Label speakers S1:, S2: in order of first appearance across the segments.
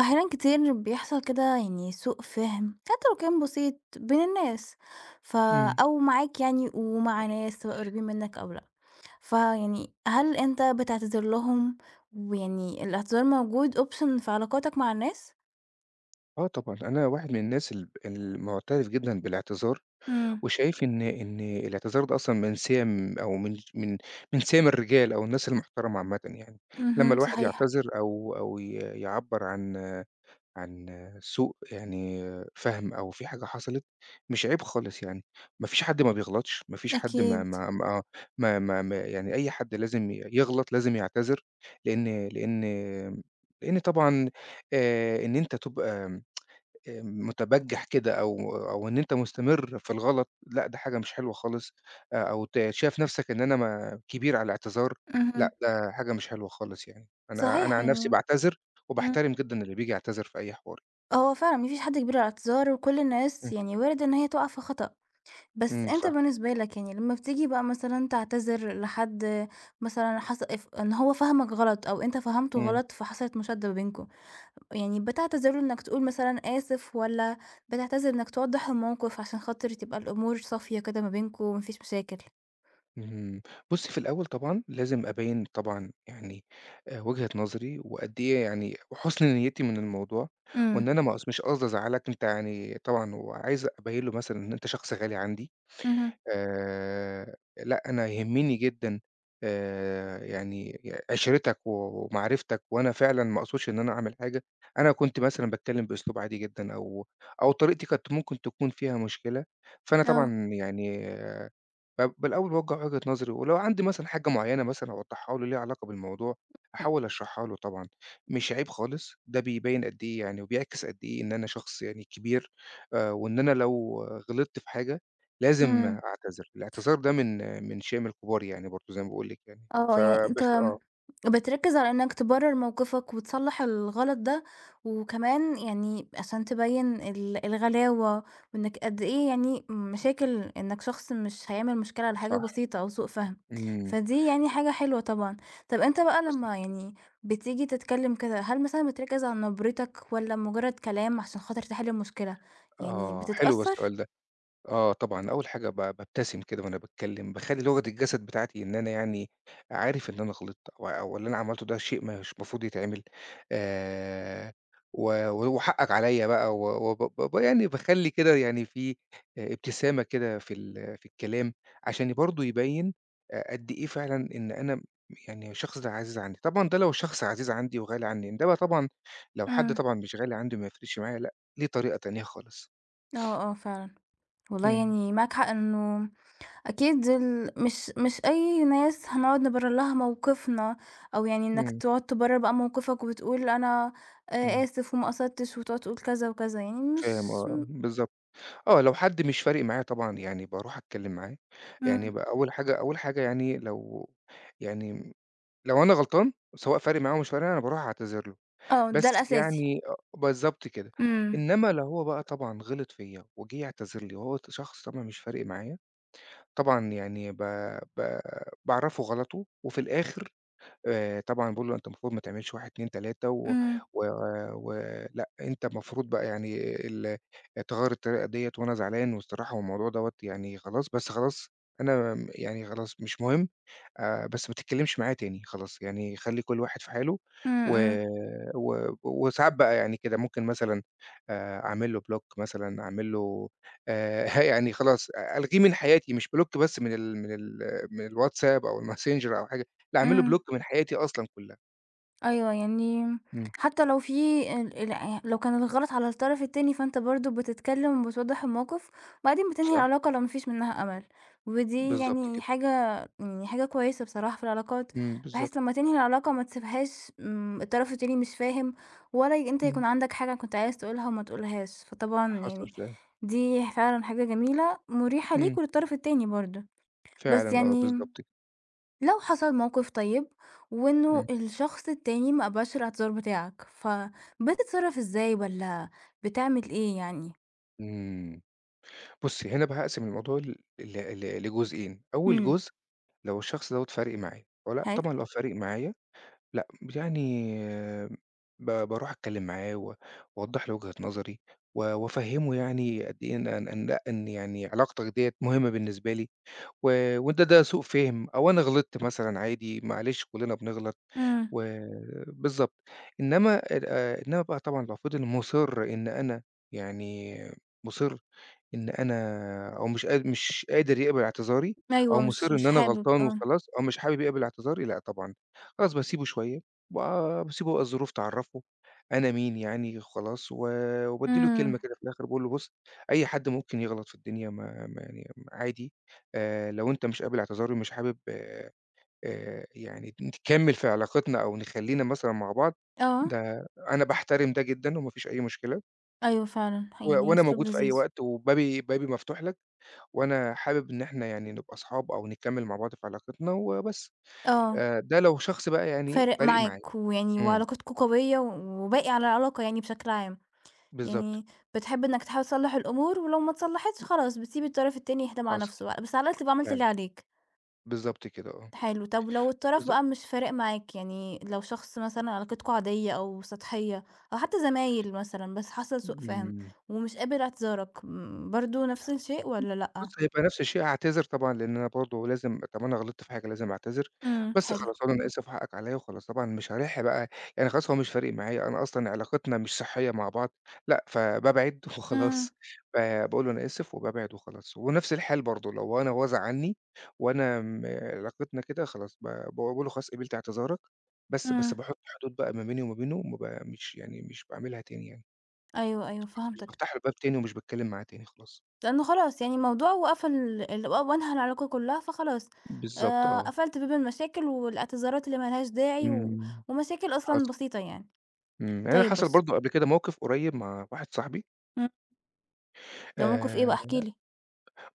S1: أحيانا كتير بيحصل كده، يعني سوء فهم حتى لو كان بسيط بين الناس. ف
S2: إمم.
S1: أو معاك يعني، ومع ناس سواء قريبين منك أو لأ. فيعني هل أنت بتعتذر لهم؟ ويعني الاعتذار موجود option في علاقاتك مع الناس؟
S2: آه طبعًا، أنا واحد من الناس المُعترف جدًا بالاعتذار،
S1: امم.
S2: وشايف إن الاعتذار ده أصلًا من سِيَم أو من ش من من سِيَم الرجال أو الناس المحترمة عامةً يعني، لمّا
S1: اهم،
S2: الواحد
S1: صحيح.
S2: يعتذر أو يعبّر عن عن سوء يعني فَهم أو في حاجة حصلت، مش عيب خالص يعني، ما فيش حد ما بيغلطش، ما فيش حد ما
S1: أكيد.
S2: ما ما آه، ما ما ما يعني أي حد لازم يغلط، لازم يعتذر، لإن لإن لإن طبعًا إن أنت تبقى مُتبجِّح كده أو إن أنت مستمر في الغلط، لأ ده حاجة مش حلوة خالص، أو شايف نَفْسك إن أنا ما كبير على الاعتذار،
S1: اهم،
S2: لأ ده حاجة مش حلوة خالص يعني. أنا
S1: صحيح.
S2: عن نَفْسي
S1: يعني،
S2: باعتذر،
S1: امم
S2: وباحترم جدًا اللي بييجي يعتذر في أي حوار.
S1: هو فعلا مفيش حد كبير على الاعتذار، وكل
S2: إمم،
S1: الناس يعني وارد إن هي تقع في خطأ. بس
S2: إمم
S1: أنت
S2: صح،
S1: بالنسبة لك يعني، لمّا بتيجي بقى مثلًا تعتذر لحد، مثلًا حص اف إن هو فهمك غلط أو أنت فهمته
S2: إمم،
S1: غلط فحصلت مشادة بينكم، يعني بتعتذر له إنك تقول مثلًا آسف، والّا بتعتذر إنك توضّح الموقف عشان خاطر تبقى الأمور صافية كده ما بينكم وما فيش مشاكل؟
S2: اهم. بُصّي في الأول طبعًا لازم أبيّن طبعًا يعني وجهة نظري، وقد إيه يعني وحُسن نيّتي من الموضوع، وإن
S1: إمم.
S2: أنا ما قص مش قصدي أزعّلك، أنت يعني طبعًا وعايز أبيّن له مثلًا إن أنت شخص غالي عندي،
S1: اهم.
S2: لأ، أنا يهمني جدًا يعني عِشرتك ومعرفتك، وأنا فعلًا ما أقصدش إن أنا أعمل حاجة، أنا كنت مثلًا باتكلّم بأسلوب عادي جدًا أو طريقتي كانت ممكن تكون فيها مشكلة، فأنا
S1: آه.
S2: طبعًا يعني فبالأول باوجّه وجهة نظري، ولو عندي مثلًا حاجة معيّنة مثلًا أوضّحها له ليها علاقة بالموضوع، أحاول أشرحها له طبعًا، مش عيب خالص، ده بيبيّن قد إيه يعني وبيعكس قد إيه إن أنا شخص يعني كبير، وإن أنا لو غلطت في حاجة لازم
S1: إمم.
S2: أعتذر، الاعتذار ده من شِيم الكبار يعني برضه زي ما باقول لِك يعني،
S1: آه، يعني أنت
S2: آه،
S1: بتركّز على إنك تبرّر موقفك وتصلّح الغلط ده، وكمان يعني عشان تبيّن الغلاوة، وإنك قد إيه يعني مشاكل، إنك شخص مش هيعمل مشكلة على حاجة
S2: صح،
S1: بسيطة أو سوء فَهم.
S2: إمم،
S1: فدي يعني حاجة حلوة طبعًا. طَب أنت بقى
S2: حصل،
S1: لمّا يعني بتيجي تتكلّم كده، هل مثلًا بتركّز على نبرتك والّا مجرّد كلام عشان خاطر تحل المشكلة، يعني
S2: آه، حلو بقى
S1: بتتأثّر؟
S2: السؤال ده. آه طبعًا، أول حاجة بابتسم كده وأنا باتكلّم، باخلّي لغة الجسد بتاعتي إن أنا يعني عارف إن أنا غلطت أو اللي أنا عملته ده شيء مش مفروض يتعمل آآ، و و وحقك عليَّ بقى و وب ب يعني باخلّي كده يعني في ابتسامة كده في في الكلام عشان برضه يبيّن قد إيه فعلًا إن أنا يعني الشخص ده عزيز عندي، طبعًا ده لو شخص عزيز عندي وغالي عندي، إنما طبعًا لو حد
S1: إمم.
S2: طبعًا مش غالي عندي وما يفرقش معايا لأ، ليه طريقة تانية خالص.
S1: آه. آه، فعلًا. والله
S2: إمم،
S1: يعني معاك حق إنه أكيد مش أي ناس هنقعد نبرر لها موقفنا، أو يعني إنك
S2: إمم،
S1: تقعد تبرر بقى موقفك وتقول أنا
S2: إمم.
S1: آسف وما قصدتش، وتقعد تقول كذا وكذا، يعني مش
S2: فاهم آه،
S1: م
S2: بالضبط. آه، لو حد مش فارق معايا طبعًا يعني باروح أتكلّم معاه، يعني
S1: إمم.
S2: أول حاجة يعني يعني لو أنا غلطان سواء فارق معاه أو مش فارق معاه، أنا باروح أعتذر له،
S1: آه، ده
S2: بس
S1: الأساسي.
S2: يعني آه، بالضبط كده.
S1: إمم،
S2: إنّما لو هو بقى طبعًا غلط فيّا وجِه يعتذر لي وهو شخص طبعًا مش فارق معايا، طبعًا يعني ب ب باعرّفه غلطه وفي الآخر طبعًا باقول له: "أنت المفروض ما تعملش 1، 2، 3 و
S1: إمم،
S2: و ولأ، أنت المفروض بقى يعني ال تغيّر الطريقة ديّة وأنا زعلان والصراحة والموضوع دوّة يعني خلاص، بس خلاص أنا م يعني خلاص مش مهم." بس ما تتكلمش معايا تاني خلاص، يعني خلّي كل واحد في حاله
S1: إمم،
S2: و
S1: إمم،
S2: و وساعات بقى يعني كده ممكن مثلًا أعمل له block مثلًا، أعمل له يعني خلاص ألغيه من حياتي، مش block بس من من الواتساب أو الماسنجر أو حاجة، لأ أعمل له
S1: إمم.
S2: block من حياتي أصلًا كلها.
S1: أيوه، يعني
S2: إمم،
S1: حتى لو في ال ال يعني لو كان الغلط على الطرف التاني، فأنت برضه بتتكلم وبتوضّح الموقف، وبعدين بتنهي
S2: صح،
S1: العلاقة لو ما فيش منها أمل. ودي
S2: بالضبط
S1: يعني
S2: كده،
S1: حاجة كويسة بصراحة في العلاقات،
S2: إمم، بالضبط،
S1: بحيث لمّا تنهي العلاقة ما تسيبهاش الطرف التاني مش فاهم، ولا أنت
S2: إمم،
S1: يكون عندك حاجة كنت عايز تقولها وما تقولهاش. فطبعًا
S2: حصل
S1: يعني
S2: فعلًا،
S1: دي فعلًا حاجة جميلة، مُريحة
S2: إمم،
S1: ليك وللطرف التاني برضه. بس
S2: فعلًا آه،
S1: يعني
S2: بالضبط كده،
S1: لو حصل موقف طيب وانه
S2: إمم.
S1: الشخص التاني ما قبلش الاعتذار بتاعك، فبتتصرف ازاي، ولا بتعمل ايه يعني؟
S2: إمم. بُصّي، هنا بقى هاقسم الموضوع ل ل ل لجزئين، أول
S1: امم.
S2: جزء لو الشخص دوّة فارق معايا والّا
S1: حلو.
S2: طبعًا لو فارق معايا لأ، يعني باروح أتكلّم معاه وأوضّح له وجهة نظري وأفهّمه يعني قد إيه إن لأ، إن يعني علاقتك ديّة مهمة بالنسبة لي وده ده سوء فِهم أو أنا غلطت مثلًا عادي، معلش كُلّنا بنغلط
S1: امم.
S2: و بالضبط. إنّما بقى طبعًا لو فضل مُصِر إن أنا يعني مُصِر إن أنا أو مش قاد مش قادر يقبل اعتذاري أو
S1: ايوه، مش
S2: مُصِر إن
S1: مش
S2: أنا
S1: حابب،
S2: غلطان
S1: اه.
S2: وخلاص أو مش حابب يقبل اعتذاري، لأ طبعًا، خلاص باسيبه شوية وآآ باسيبه بقى الظروف تعرّفه أنا مين يعني وخلاص وبادّي له
S1: امم.
S2: كلمة كده في الآخِر باقول له: "بُص، أي حد ممكن يغلط في الدنيا ما ما يعني عادي." لو أنت مش قابل اعتذاري ومش حابب يعني نكمّل في علاقتنا أو نخلّينا مثلًا مع بعض،
S1: اه.
S2: ده أنا باحترم ده جدًا وما فيش أي مشكلة،
S1: ايوه، فعلا يعني
S2: وأنا
S1: اسلوب
S2: موجود في أي
S1: لذيذ.
S2: وقت وبابي مفتوح لك، وأنا حابب إن إحنا يعني نبقى أصحاب أو نكمّل مع بعض في علاقتنا وبس.
S1: اه.
S2: ده لو شخص بقى يعني
S1: فارق
S2: فارق معايا.
S1: معاك، ويعني
S2: إمم،
S1: وعلاقتكوا قوية و- وباقي على العلاقة يعني بشكل عام.
S2: بالضبط،
S1: يعني بتحب انك تحاول تصلح الامور، ولو ما تصلحتش خلاص بتسيب الطرف التاني يهدى مع
S2: حصل
S1: نفسه بقى، بس على الاقل تبقى عملت اللي
S2: فعلًا،
S1: عليك.
S2: بالضبط كده آه،
S1: حلو. طب لو الطرف
S2: بالضبط.
S1: بقى مش فارق معاك، يعني لو شخص مثلًا علاقتكم عادية أو سطحية، أو حتى زمايل مثلًا، بس حصل سوء فهم
S2: إمم.
S1: ومش قابل اعتذارك، برضه نفس الشيء والّا لأ؟
S2: بُص، هيبقى نفس الشيء هاعتذر طبعًا، لإن أنا برضه لازم طالما أنا غلطت في حاجة لازم أعتذر،
S1: إمم،
S2: بس
S1: حلو.
S2: خلاص أقول أنا آسف وحقك عليّا وخلاص، طبعًا مش هالاح بقى يعني خلاص هو مش فارق معايا، أنا أصلًا علاقتنا مش صحية مع بعض، لأ، فبابعد
S1: إمم،
S2: وخلاص، فباقول له أنا آسف وبابعد وخلاص، ونفس الحال برضه لو أنا هو زعّلني وأنا م علاقتنا كده خلاص باقول له خلاص قبلت اعتذارك، بس
S1: إمم.
S2: باحط حدود بقى ما بيني وما بينه وما ب مش يعني مش باعملها تاني يعني،
S1: أيوه، أيوه
S2: خلاص مش
S1: فهمتك.
S2: بافتح له الباب تاني ومش باتكلم معاه تاني خلاص.
S1: لأنه خلاص يعني الموضوع وقفل، وانهى العلاقة كلها فخلاص.
S2: بالضبط آه.
S1: قفلت باب المشاكل والاعتذارات اللي ما لهاش داعي، و
S2: إمم.
S1: ومشاكل أصلًا
S2: حصل،
S1: بسيطة يعني.
S2: إمم، يعني أنا
S1: طيب،
S2: حصل
S1: بُص.
S2: برضه قبل كده موقف قريب مع واحد صاحبي،
S1: إمم. ده موقف إيه بقى،
S2: آآ،
S1: احكِ لي؟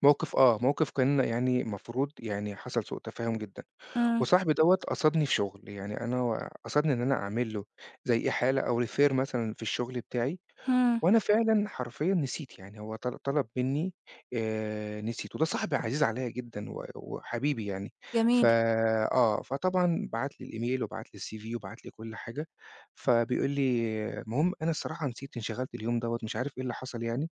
S2: موقف آه، موقف كان يعني المفروض يعني حصل سوء تفاهم جدًا،
S1: إمم.
S2: وصاحبي دوّة قصدني في شغل، يعني أنا و قصدني إن أنا أعمل له زي إحالة أو refer مثلًا في الشغل بتاعي،
S1: إمم.
S2: وأنا فعلًا حرفيًا نسيت، يعني هو طلب منّي نسيت، وده صاحبي عزيز عليّا جدًا وحبيبي يعني، ف
S1: جميل.
S2: آه، فطبعًا بعت لي الإيميل وبعت لي الCV وبعت لي كل حاجة، فبيقول لي آه، المهم أنا الصراحة نسيت، انشغلت اليوم دوّة مش عارف إيه اللي حصل يعني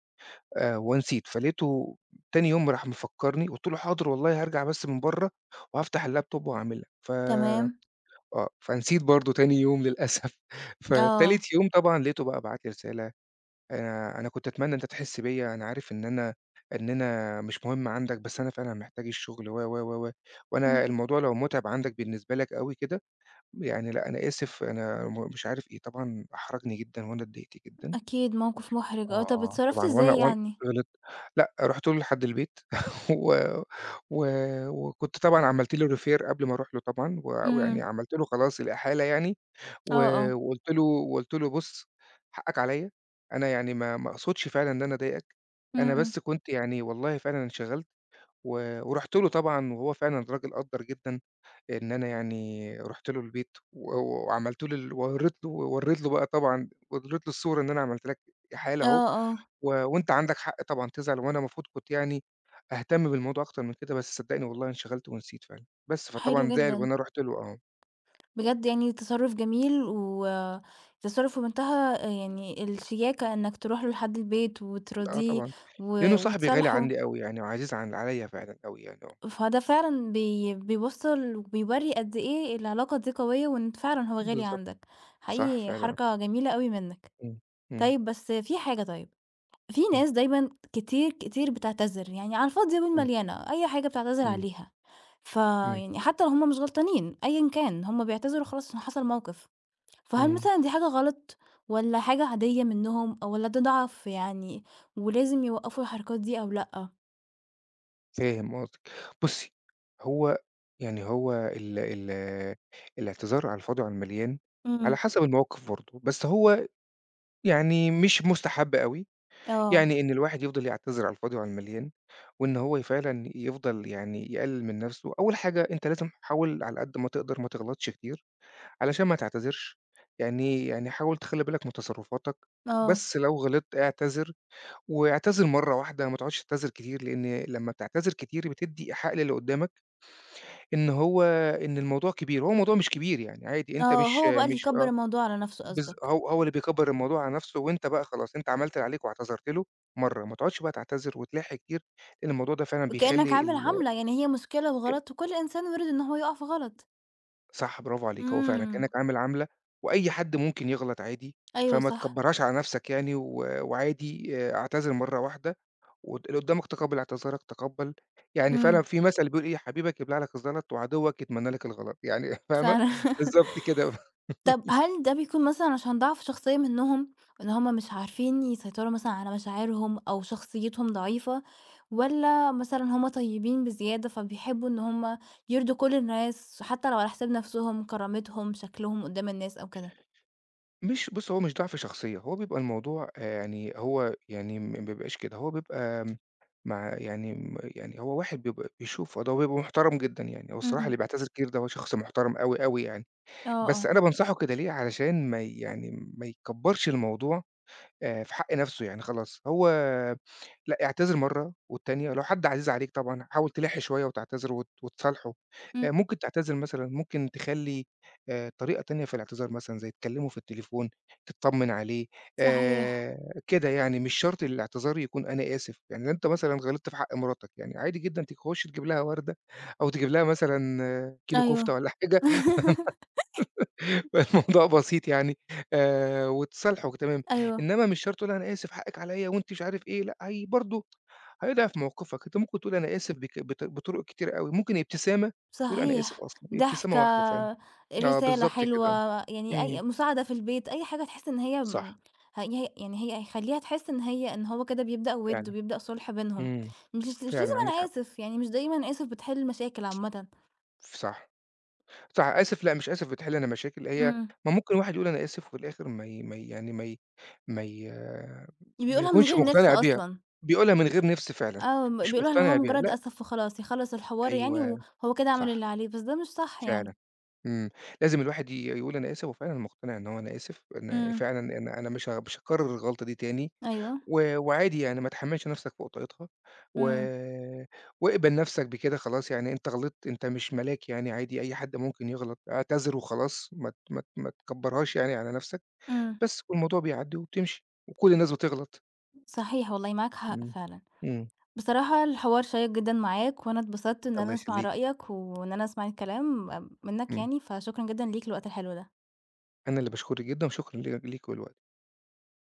S2: ونسيت، فلقيته تاني يوم راح مفكّرني، قُلت له: "حاضر والله هارجع بس من برّه وهافتح اللابتوب وهاعملها." ف
S1: تمام.
S2: آه، فنسيت برضه تاني يوم للأسف،
S1: آه.
S2: فتالت يوم طبعًا لقيته بقى بعت لي رسالة أنا كنت أتمنى إن أنت تحس بيّا، أنا عارف إن أنا مش مهم عندك، بس أنا فعلًا محتاج الشغل و، و، و، و،
S1: إمم.
S2: وأنا الموضوع لو مُتعِب عندك بالنسبة لك أوي كده، يعني لأ، أنا آسف، أنا م مش عارف إيه، طبعًا أحرجني جدًا وأنا اتضايقت جدًا.
S1: أكيد موقف محرج، آه. طَب
S2: آه،
S1: اتصرّفتِ
S2: طبعًا وأنا
S1: إزاي
S2: وأن
S1: يعني؟
S2: غلط لأ، رُحت له لحد البيت و و وكنت طبعًا عملت له refer قبل ما أروح له طبعًا، ويعني
S1: إمم.
S2: عملت له خلاص الإحالة يعني، و
S1: آه. آه.
S2: وقُلت له: "بُص حقك عليّا، أنا يعني ما أقصدش فعلًا إن أنا أضايقك، أنا
S1: إمم.
S2: بس كنت يعني والله فعلًا انشغلت." ورُحت له طبعًا وهو فعلًا راجل قدّر جدًا إن أنا يعني رُحت له البيت وعملت له ورّيت له الصورة إن أنا عملت لك إحالة أهو.
S1: آه. آه.
S2: وأنت عندك حق طبعًا تزعل، وأنا المفروض كنت يعني أهتم بالموضوع أكتر من كده، بس صدّقني والله انشغلت ونسيت فعلًا، بس
S1: حلو
S2: فطبعًا زعل
S1: جدًا.
S2: وأنا رُحت له آه،
S1: بجد يعني تصرُّف جميل، وتصرُّف في منتهى يعني الشياكة، إنك تروح له لحد البيت
S2: آه
S1: وتراضيه
S2: طبعًا، لإنه
S1: و
S2: صاحبي غالي
S1: وتصالحه.
S2: عني أوي يعني وعزيز عن عليّا فعلًا أوي يعني آه،
S1: فده فعلًا بيوصّل وبيورّي قد إيه العلاقة دي قوية، وإن فعلًا هو غالي
S2: بالضبط،
S1: عندك.
S2: صح
S1: حقيقي
S2: فعلًا،
S1: حركة جميلة أوي منك.
S2: إمم، إمم،
S1: طيب، بس في حاجة. طيب، في
S2: إمم،
S1: ناس دايمًا كتير، كتير بتعتذر، يعني على الفاضية
S2: إمم،
S1: والمليانة، أي حاجة بتعتذر
S2: إمم،
S1: عليها.
S2: إمم،
S1: فيعني حتى لو هُم مش غلطانين أيًا كان، هُم بيعتذروا خلاص عشان حصل موقف. فهل
S2: إمم،
S1: مثلًا دي حاجة غلط، والّا حاجة عادية منهم، أو والّا ده ضعف يعني، ولازم يوقّفوا الحركات دي أو لأ؟
S2: فاهم قصدك. بُصّي، هو يعني هو ال ال الاعتذار على الفاضي وعلى المليان، على
S1: إمم.
S2: حسب المواقف برضه، بس هو يعني مش مستحب أوي.
S1: آه.
S2: يعني إن الواحد يفضل يعتذر على الفاضي وعلى المليان، وإن هو فعلًا يفضل يعني يقلل من نفسه، أول حاجة أنت لازم حاول على قد ما تقدر ما تغلطش كتير، علشان ما تعتذرش، يعني حاول تخلّي بالك من تصرفاتك،
S1: آه.
S2: بس لو غلطت اعتذر، واعتذر مرّة واحدة ما تقعدش تعتذر كتير، لإن لمّا بتعتذر كتير بتدّي إيحاء للي قدّامك إن هو إن الموضوع كبير، هو الموضوع مش كبير يعني عادي، أنت
S1: آه،
S2: مش
S1: هو بقى اللي
S2: مش
S1: يكبّر الموضوع على نَفْسه قصدك،
S2: هو اللي بيكبّر الموضوع على نَفْسه، وأنت بقى خلاص أنت عملت اللي عليك واعتذرت له مرّة، ما تقعدش بقى تعتذر وتلاحي كتير، لإن الموضوع ده فعلًا
S1: كإنّك
S2: بيخلّي
S1: عامل
S2: ال
S1: عَمْلة، يعني هي مشكلة وغلط، وكل إنسان وارد إن هو يُقع في غلط.
S2: صح برافو عليك، هو فعلًا
S1: إمم.
S2: كإنّك عامل عَمْلة وأي حد ممكن يغلط عادي،
S1: أيوه
S2: فما
S1: صح.
S2: تكبّرهاش على نَفْسك يعني وعادي اعتذر مرّة واحدة واللي قُدّامك تقبّل اعتذارك، تقبّل يعني فعلًا
S1: إمم.
S2: في مَثل بيقول إيه، حبيبك يبلع لك الزلط وعدوّك يتمنّى لك الغلط، يعني فاهمة؟
S1: فعلًا.
S2: بالضبط كده.
S1: طب هل ده بيكون مثلًا عشان ضعف شخصية منهم، إن هُم مش عارفين يسيطروا مثلًا على مشاعرهم، أو شخصيتهم ضعيفة، والّا مثلًا هُم طيبين بزيادة فبيحبوا إن هُم يرضوا كل الناس، حتى لو على حساب نفسهم، كرامتهم، شكلهم قدّام الناس أو كده؟
S2: مش بُص، هو مش ضعف شخصية، هو بيبقى الموضوع يعني هو يعني ما بيبقاش كده، هو بيبقى مع يعني م يعني هو واحد بيبقى بيشوف فده وبيبقى محترم جدًا يعني، هو الصراحة
S1: إمم.
S2: اللي بيعتذر كتير ده هو شخص محترم أوي، أوي يعني،
S1: آه.
S2: بس
S1: آه.
S2: أنا بانصحه كده ليه، علشان ما ي يعني ما يكبّرش الموضوع في حق نَفْسه يعني خلاص، هو لأ اعتذر مرّة والتانية لو حد عزيز عليك طبعًا حاول تلِح شوية وتعتذر وت وتصالحه،
S1: إمم.
S2: ممكن تعتذر مثلًا ممكن تخلّي طريقة تانية في الاعتذار مثلًا زي تكلّمه في التليفون، تطّمن عليه
S1: صحيح.
S2: كده يعني، مش شرط الاعتذار يكون أنا آسف، يعني أنت مثلًا غلطت في حق مراتك يعني عادي جدًا تخُش تجيب لها وردة أو تجيب لها مثلًا آه، كيلو كُفتة
S1: أيوه.
S2: والّا حاجة فالموضوع بسيط يعني وتصالحوا تمام،
S1: أيوه.
S2: إنما مش شرط تقول أنا آسف حقِّك عليّا وأنت مش عارف إيه، لأ هي برضه هيضعف موقفك، أنت ممكن تقول أنا آسف بك بط بطرق كتيرة أوي، ممكن ابتسامة تقول أنا آسف
S1: صحيح.
S2: أصلًا، ابتسامة
S1: ضحكة.
S2: واحدة فعلًا، آه
S1: رسالة
S2: بالضبط
S1: حلوة.
S2: كده، آه،
S1: يعني
S2: إمم،
S1: أي مساعدة في البيت، أي حاجة تحس إن
S2: صح
S1: هي يعني، هيخلّيها تحس إن هو كده بيبدأ وِد
S2: فعلًا،
S1: وبيبدأ صُلح بينهم.
S2: إمم،
S1: مش
S2: فعلًا
S1: لازم
S2: عندِك
S1: أنا
S2: حق،
S1: آسف، يعني مش دايمًا آسف بتحل المشاكل عامةً.
S2: صح، صح آسف لأ مش آسف بتحل أنا مشاكل، هي
S1: إمم.
S2: ما ممكن واحد يقول أنا آسف وفي الآخر ما ي يعني ما ي ما
S1: بيقولها من
S2: يكونش
S1: غير نِفْس
S2: مقتنع بيها،
S1: أصلًا.
S2: بيقولها من غير نِفس فعلًا،
S1: آه،
S2: مش
S1: بيقولها اللي هو
S2: مقتنع بيها.
S1: مجرد آسف وخلاص، يخلّص الحوار يعني
S2: أيوه،
S1: وهو كده عمل
S2: صح،
S1: اللي عليه، بس ده مش صح
S2: فعلًا،
S1: يعني.
S2: إمم، لازم الواحد يقول أنا آسف، وفعلًا أنا مقتنع إن هو أنا آسف، أنا
S1: إمم.
S2: فعلًا أنا أنا مش هاكرر الغلطة دي تاني،
S1: أيوه.
S2: وعادي يعني ما تحملش نفسك فوق طاقتها، و
S1: إمم،
S2: واقبل نفسك بكده خلاص، يعني أنت غلطت، أنت مش ملاك يعني عادي، أي حد ممكن يغلط، اعتذر وخلاص، ما ت ما تكبرهاش يعني على نفسك،
S1: إمم.
S2: بس والموضوع بيعدي وبتمشي، وكل الناس بتغلط،
S1: صحيح والله، معاك حق
S2: إمم،
S1: فعلًا.
S2: إمم،
S1: بصراحة الحوار شيق جدًا معاك، وأنا اتبسطت إن
S2: الله
S1: أنا أسمع
S2: يخليك،
S1: رأيك، وإن أنا أسمع الكلام منّك
S2: إمم،
S1: يعني، فشكرًا جدًا ليك للوقت الحلو ده.
S2: أنا اللي باشكرِك جدًا، وشكرًا ليكِ ولوقتِك.